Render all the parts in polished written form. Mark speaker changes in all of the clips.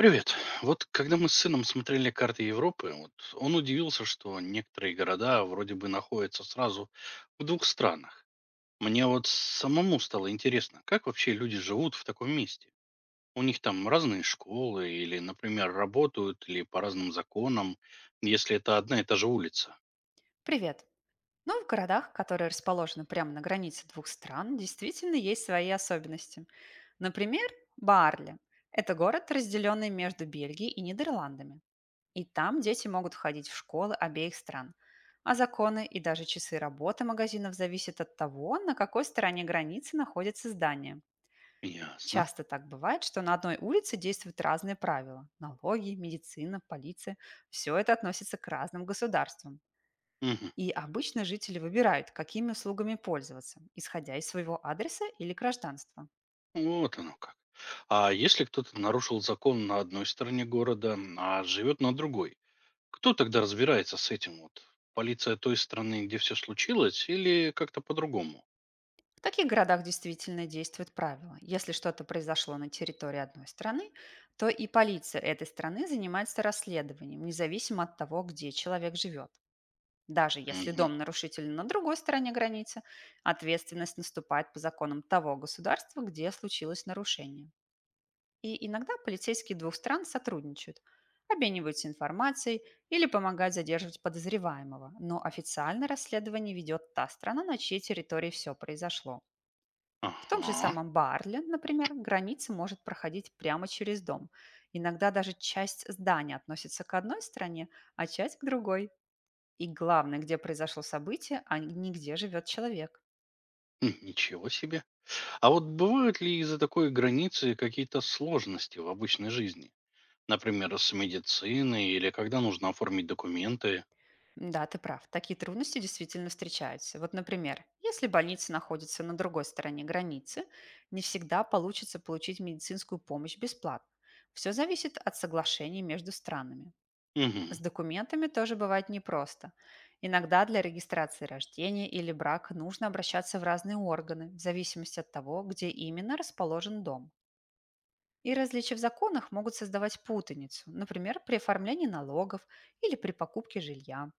Speaker 1: Привет. Вот когда мы с сыном смотрели карты Европы, вот он удивился, что некоторые города вроде бы находятся сразу в двух странах. Мне вот самому стало интересно, как вообще люди живут в таком месте? У них там разные школы или, например, работают или по разным законам, если это одна и та же улица.
Speaker 2: Привет! Ну, в городах, которые расположены прямо на границе двух стран, действительно есть свои особенности. Например, Баарли– это город, разделенный между Бельгией и Нидерландами. И там дети могут ходить в школы обеих стран. А законы и даже часы работы магазинов зависят от того, на какой стороне границы находится здание.
Speaker 1: Ясно.
Speaker 2: Часто так бывает, что на одной улице действуют разные правила– налоги, медицина, полиция. Все это относится к разным государствам.
Speaker 1: Мгм.
Speaker 2: И обычно жители выбирают, какими услугами пользоваться, исходя из своего адреса или гражданства.
Speaker 1: Вот оно как. А если кто-то нарушил закон на одной стороне города, а живет на другой? Кто тогда разбирается с этим? Вот полиция той страны, где все случилось, или как-то по-другому?
Speaker 2: В таких городах действительно действует правило. Если что-то произошло на территории одной страны, то и полиция этой страны занимается расследованием, независимо от того, где человек живет. Даже если
Speaker 1: Мгм.
Speaker 2: дом нарушителя на другой стороне границы, ответственность наступает по законам того государства, где случилось нарушение. И иногда полицейские двух стран сотрудничают, обмениваются информацией или помогают задерживать подозреваемого, но официально расследование ведет та страна, на чьей территории все произошло. В том же
Speaker 1: Ага.
Speaker 2: самом Барле, например, граница может проходить прямо через дом. Иногда даже часть здания относится к одной стране, а часть к другой. И главное, где произошло событие, а не где живет человек.
Speaker 1: Хм, ничего себе. А вот бывают ли из-за такой границы какие-то сложности в обычной жизни? Например, с медициной или когда нужно оформить документы?
Speaker 2: Да, ты прав. Такие трудности действительно встречаются. Вот, например, если больница находится на другой стороне границы, не всегда получится получить медицинскую помощь бесплатно. Все зависит от соглашений между странами. С
Speaker 1: Угу.
Speaker 2: документами тоже бывает непросто. Иногда для регистрации рождения или брака нужно обращаться в разные органы, в зависимости от того, где именно расположен дом. И различия в законах могут создавать путаницу, например, при оформлении налогов или при покупке жилья.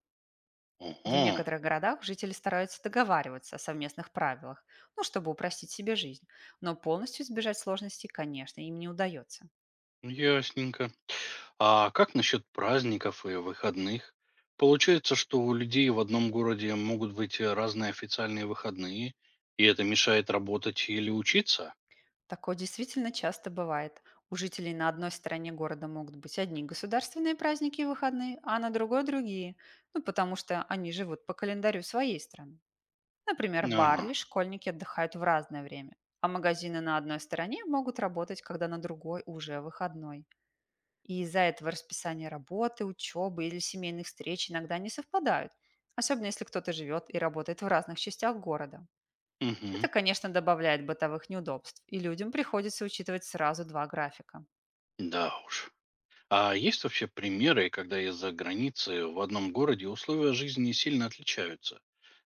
Speaker 2: В
Speaker 1: Ого.
Speaker 2: некоторых городах жители стараются договариваться о совместных правилах, ну, чтобы упростить себе жизнь. Но полностью избежать сложностей, конечно, им не удается.
Speaker 1: Ясненько. А как насчет праздников и выходных? Получается, что у людей в одном городе могут быть разные официальные выходные, и это мешает работать или учиться?
Speaker 2: Такое действительно часто бывает. У жителей на одной стороне города могут быть одни государственные праздники и выходные, а на другой– другие, ну, потому что они живут по календарю своей страны. Например, в
Speaker 1: Ага,
Speaker 2: Барли школьники отдыхают в разное время, а магазины на одной стороне могут работать, когда на другой уже выходной. И из-за этого расписание работы, учебы или семейных встреч иногда не совпадают, особенно если кто-то живет и работает в разных частях города. Это,
Speaker 1: угу,
Speaker 2: конечно, добавляет бытовых неудобств, и людям приходится учитывать сразу два графика.
Speaker 1: да уж. А есть вообще примеры, когда из-за границы в одном городе условия жизни сильно отличаются?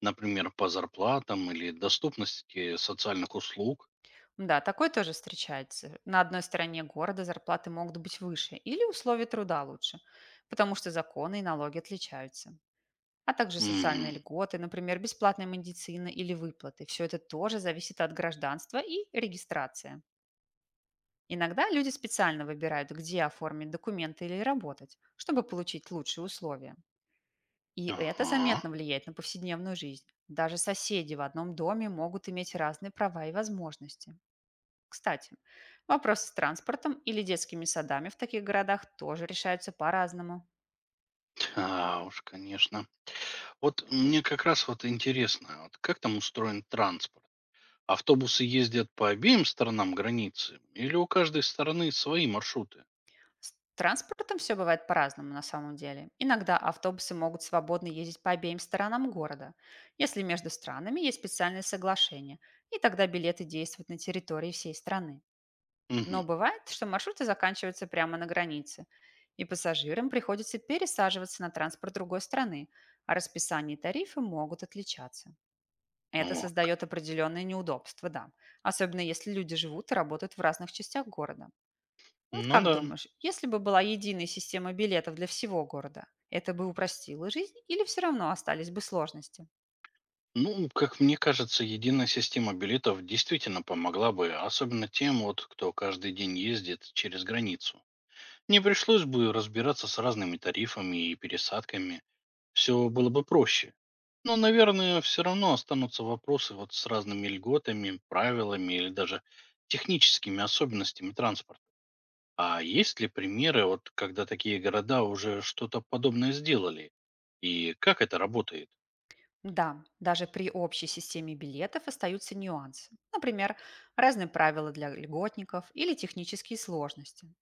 Speaker 1: Например, по зарплатам или доступности социальных услуг?
Speaker 2: Да, такое тоже встречается. На одной стороне города зарплаты могут быть выше или условия труда лучше, потому что законы и налоги отличаются. А также социальные
Speaker 1: Угу,
Speaker 2: льготы, например, бесплатная медицина или выплаты. Все это тоже зависит от гражданства и регистрации. Иногда люди специально выбирают, где оформить документы или работать, чтобы получить лучшие условия. И это
Speaker 1: ага,
Speaker 2: заметно влияет на повседневную жизнь. Даже соседи в одном доме могут иметь разные права и возможности. Кстати, вопросы с транспортом или детскими садами в таких городах тоже решаются по-разному.
Speaker 1: да уж, конечно. Вот мне как раз вот интересно, вот как там устроен транспорт? Автобусы ездят по обеим сторонам границы или у каждой стороны свои маршруты?
Speaker 2: С транспортом все бывает по-разному на самом деле. Иногда автобусы могут свободно ездить по обеим сторонам города, если между странами есть специальные соглашения, и тогда билеты действуют на территории всей страны.
Speaker 1: Мгм.
Speaker 2: Но бывает, что маршруты заканчиваются прямо на границе, и пассажирам приходится пересаживаться на транспорт другой страны, а расписание и тарифы могут отличаться. Это
Speaker 1: Вот
Speaker 2: создает
Speaker 1: как.
Speaker 2: определенные неудобства, да, особенно если люди живут и работают в разных частях города. Вот
Speaker 1: Ну
Speaker 2: как
Speaker 1: да.
Speaker 2: думаешь, если бы была единая система билетов для всего города, это бы упростило жизнь или все равно остались бы сложности?
Speaker 1: Ну, как мне кажется, единая система билетов действительно помогла бы, особенно тем, вот, кто каждый день ездит через границу. Не пришлось бы разбираться с разными тарифами и пересадками. Все было бы проще. Но, наверное, все равно останутся вопросы вот с разными льготами, правилами или даже техническими особенностями транспорта. А есть ли примеры, вот когда такие города уже что-то подобное сделали? И как это работает?
Speaker 2: Да, даже при общей системе билетов остаются нюансы. Например, разные правила для льготников или технические сложности.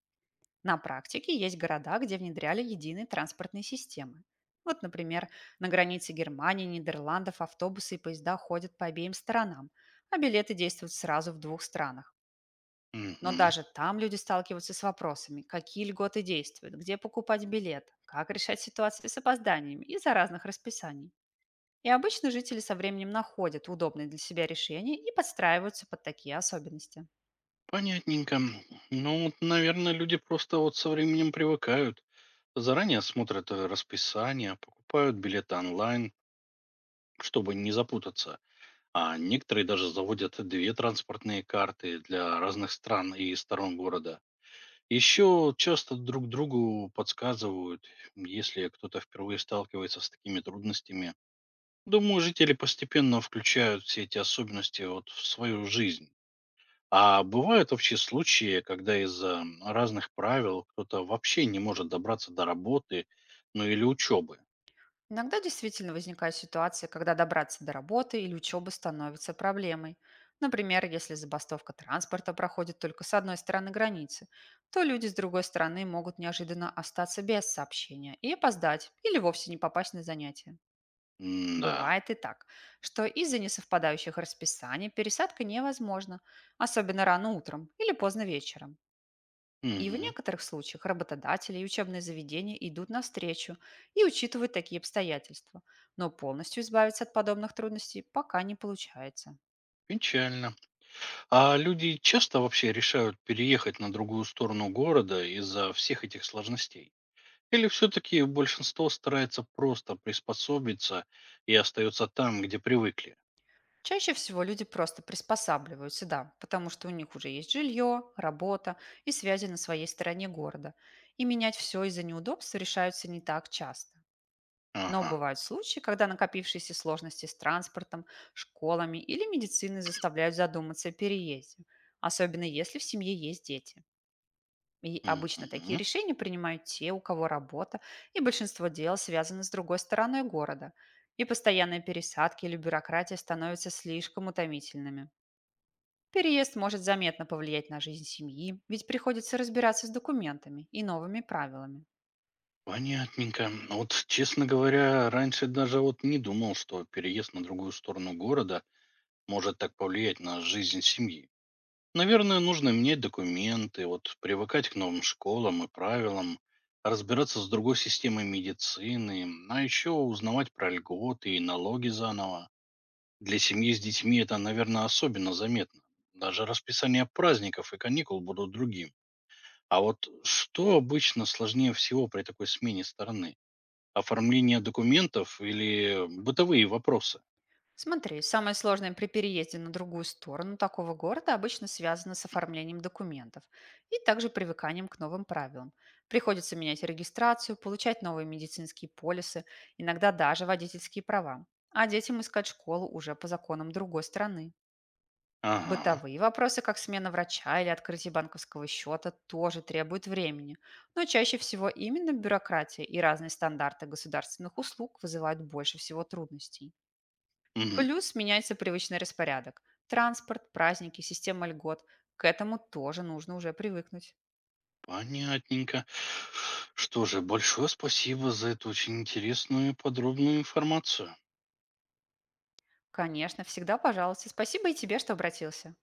Speaker 2: На практике есть города, где внедряли единые транспортные системы. Вот, например, на границе Германии, Нидерландов автобусы и поезда ходят по обеим сторонам, а билеты действуют сразу в двух странах. Но
Speaker 1: Мгм.
Speaker 2: даже там люди сталкиваются с вопросами, какие льготы действуют, где покупать билет, как решать ситуации с опозданиями из-за разных расписаний. И обычно жители со временем находят удобные для себя решения и подстраиваются под такие особенности.
Speaker 1: Понятненько. Ну, вот, наверное, люди просто вот со временем привыкают. Заранее смотрят расписание, покупают билеты онлайн, чтобы не запутаться. А некоторые даже заводят две транспортные карты для разных стран и сторон города. Еще часто друг другу подсказывают, если кто-то впервые сталкивается с такими трудностями. Думаю, жители постепенно включают все эти особенности вот в свою жизнь. А бывают вообще случаи, когда из-за разных правил кто-то вообще не может добраться до работы, ну или учебы.
Speaker 2: Иногда действительно возникает ситуация, когда добраться до работы или учебы становится проблемой. Например, если забастовка транспорта проходит только с одной стороны границы, то люди с другой стороны могут неожиданно остаться без сообщения и опоздать или вовсе не попасть на занятия.
Speaker 1: Да,
Speaker 2: Бывает и так, что из-за несовпадающих расписаний пересадка невозможна, особенно рано утром или поздно вечером. И в некоторых случаях работодатели и учебные заведения идут навстречу и учитывают такие обстоятельства, но полностью избавиться от подобных трудностей пока не получается.
Speaker 1: печально. А люди часто вообще решают переехать на другую сторону города из-за всех этих сложностей? Или все-таки большинство старается просто приспособиться и остается там, где привыкли?
Speaker 2: Чаще всего люди просто приспосабливаются, да, потому что у них уже есть жилье, работа и связи на своей стороне города. И менять все из-за неудобств решаются не так часто. Но
Speaker 1: Ага.
Speaker 2: бывают случаи, когда накопившиеся сложности с транспортом, школами или медициной заставляют задуматься о переезде, особенно если в семье есть дети. И обычно такие
Speaker 1: Мгм.
Speaker 2: решения принимают те, у кого работа, и большинство дел связаны с другой стороной города. И постоянные пересадки или бюрократия становятся слишком утомительными. Переезд может заметно повлиять на жизнь семьи, ведь приходится разбираться с документами и новыми правилами.
Speaker 1: Понятненько. А вот, честно говоря, раньше даже вот не думал, что переезд на другую сторону города может так повлиять на жизнь семьи. Наверное, нужно менять документы, вот привыкать к новым школам и правилам, разбираться с другой системой медицины, а еще узнавать про льготы и налоги заново. Для семьи с детьми это, наверное, особенно заметно. Даже расписание праздников и каникул будут другим. А вот что обычно сложнее всего при такой смене стороны? Оформление документов или бытовые вопросы?
Speaker 2: Смотри, самое сложное при переезде на другую сторону такого города обычно связано с оформлением документов и также привыканием к новым правилам. Приходится менять регистрацию, получать новые медицинские полисы, иногда даже водительские права. А детям искать школу уже по законам другой страны.
Speaker 1: Ага.
Speaker 2: Бытовые вопросы, как смена врача или открытие банковского счета, тоже требуют времени. Но чаще всего именно бюрократия и разные стандарты государственных услуг вызывают больше всего трудностей.
Speaker 1: Мгм.
Speaker 2: Плюс меняется привычный распорядок. Транспорт, праздники, система льгот. К этому тоже нужно уже привыкнуть.
Speaker 1: Понятненько. Что же, большое спасибо за эту очень интересную и подробную информацию.
Speaker 2: Конечно, всегда пожалуйста. Спасибо и тебе, что обратился.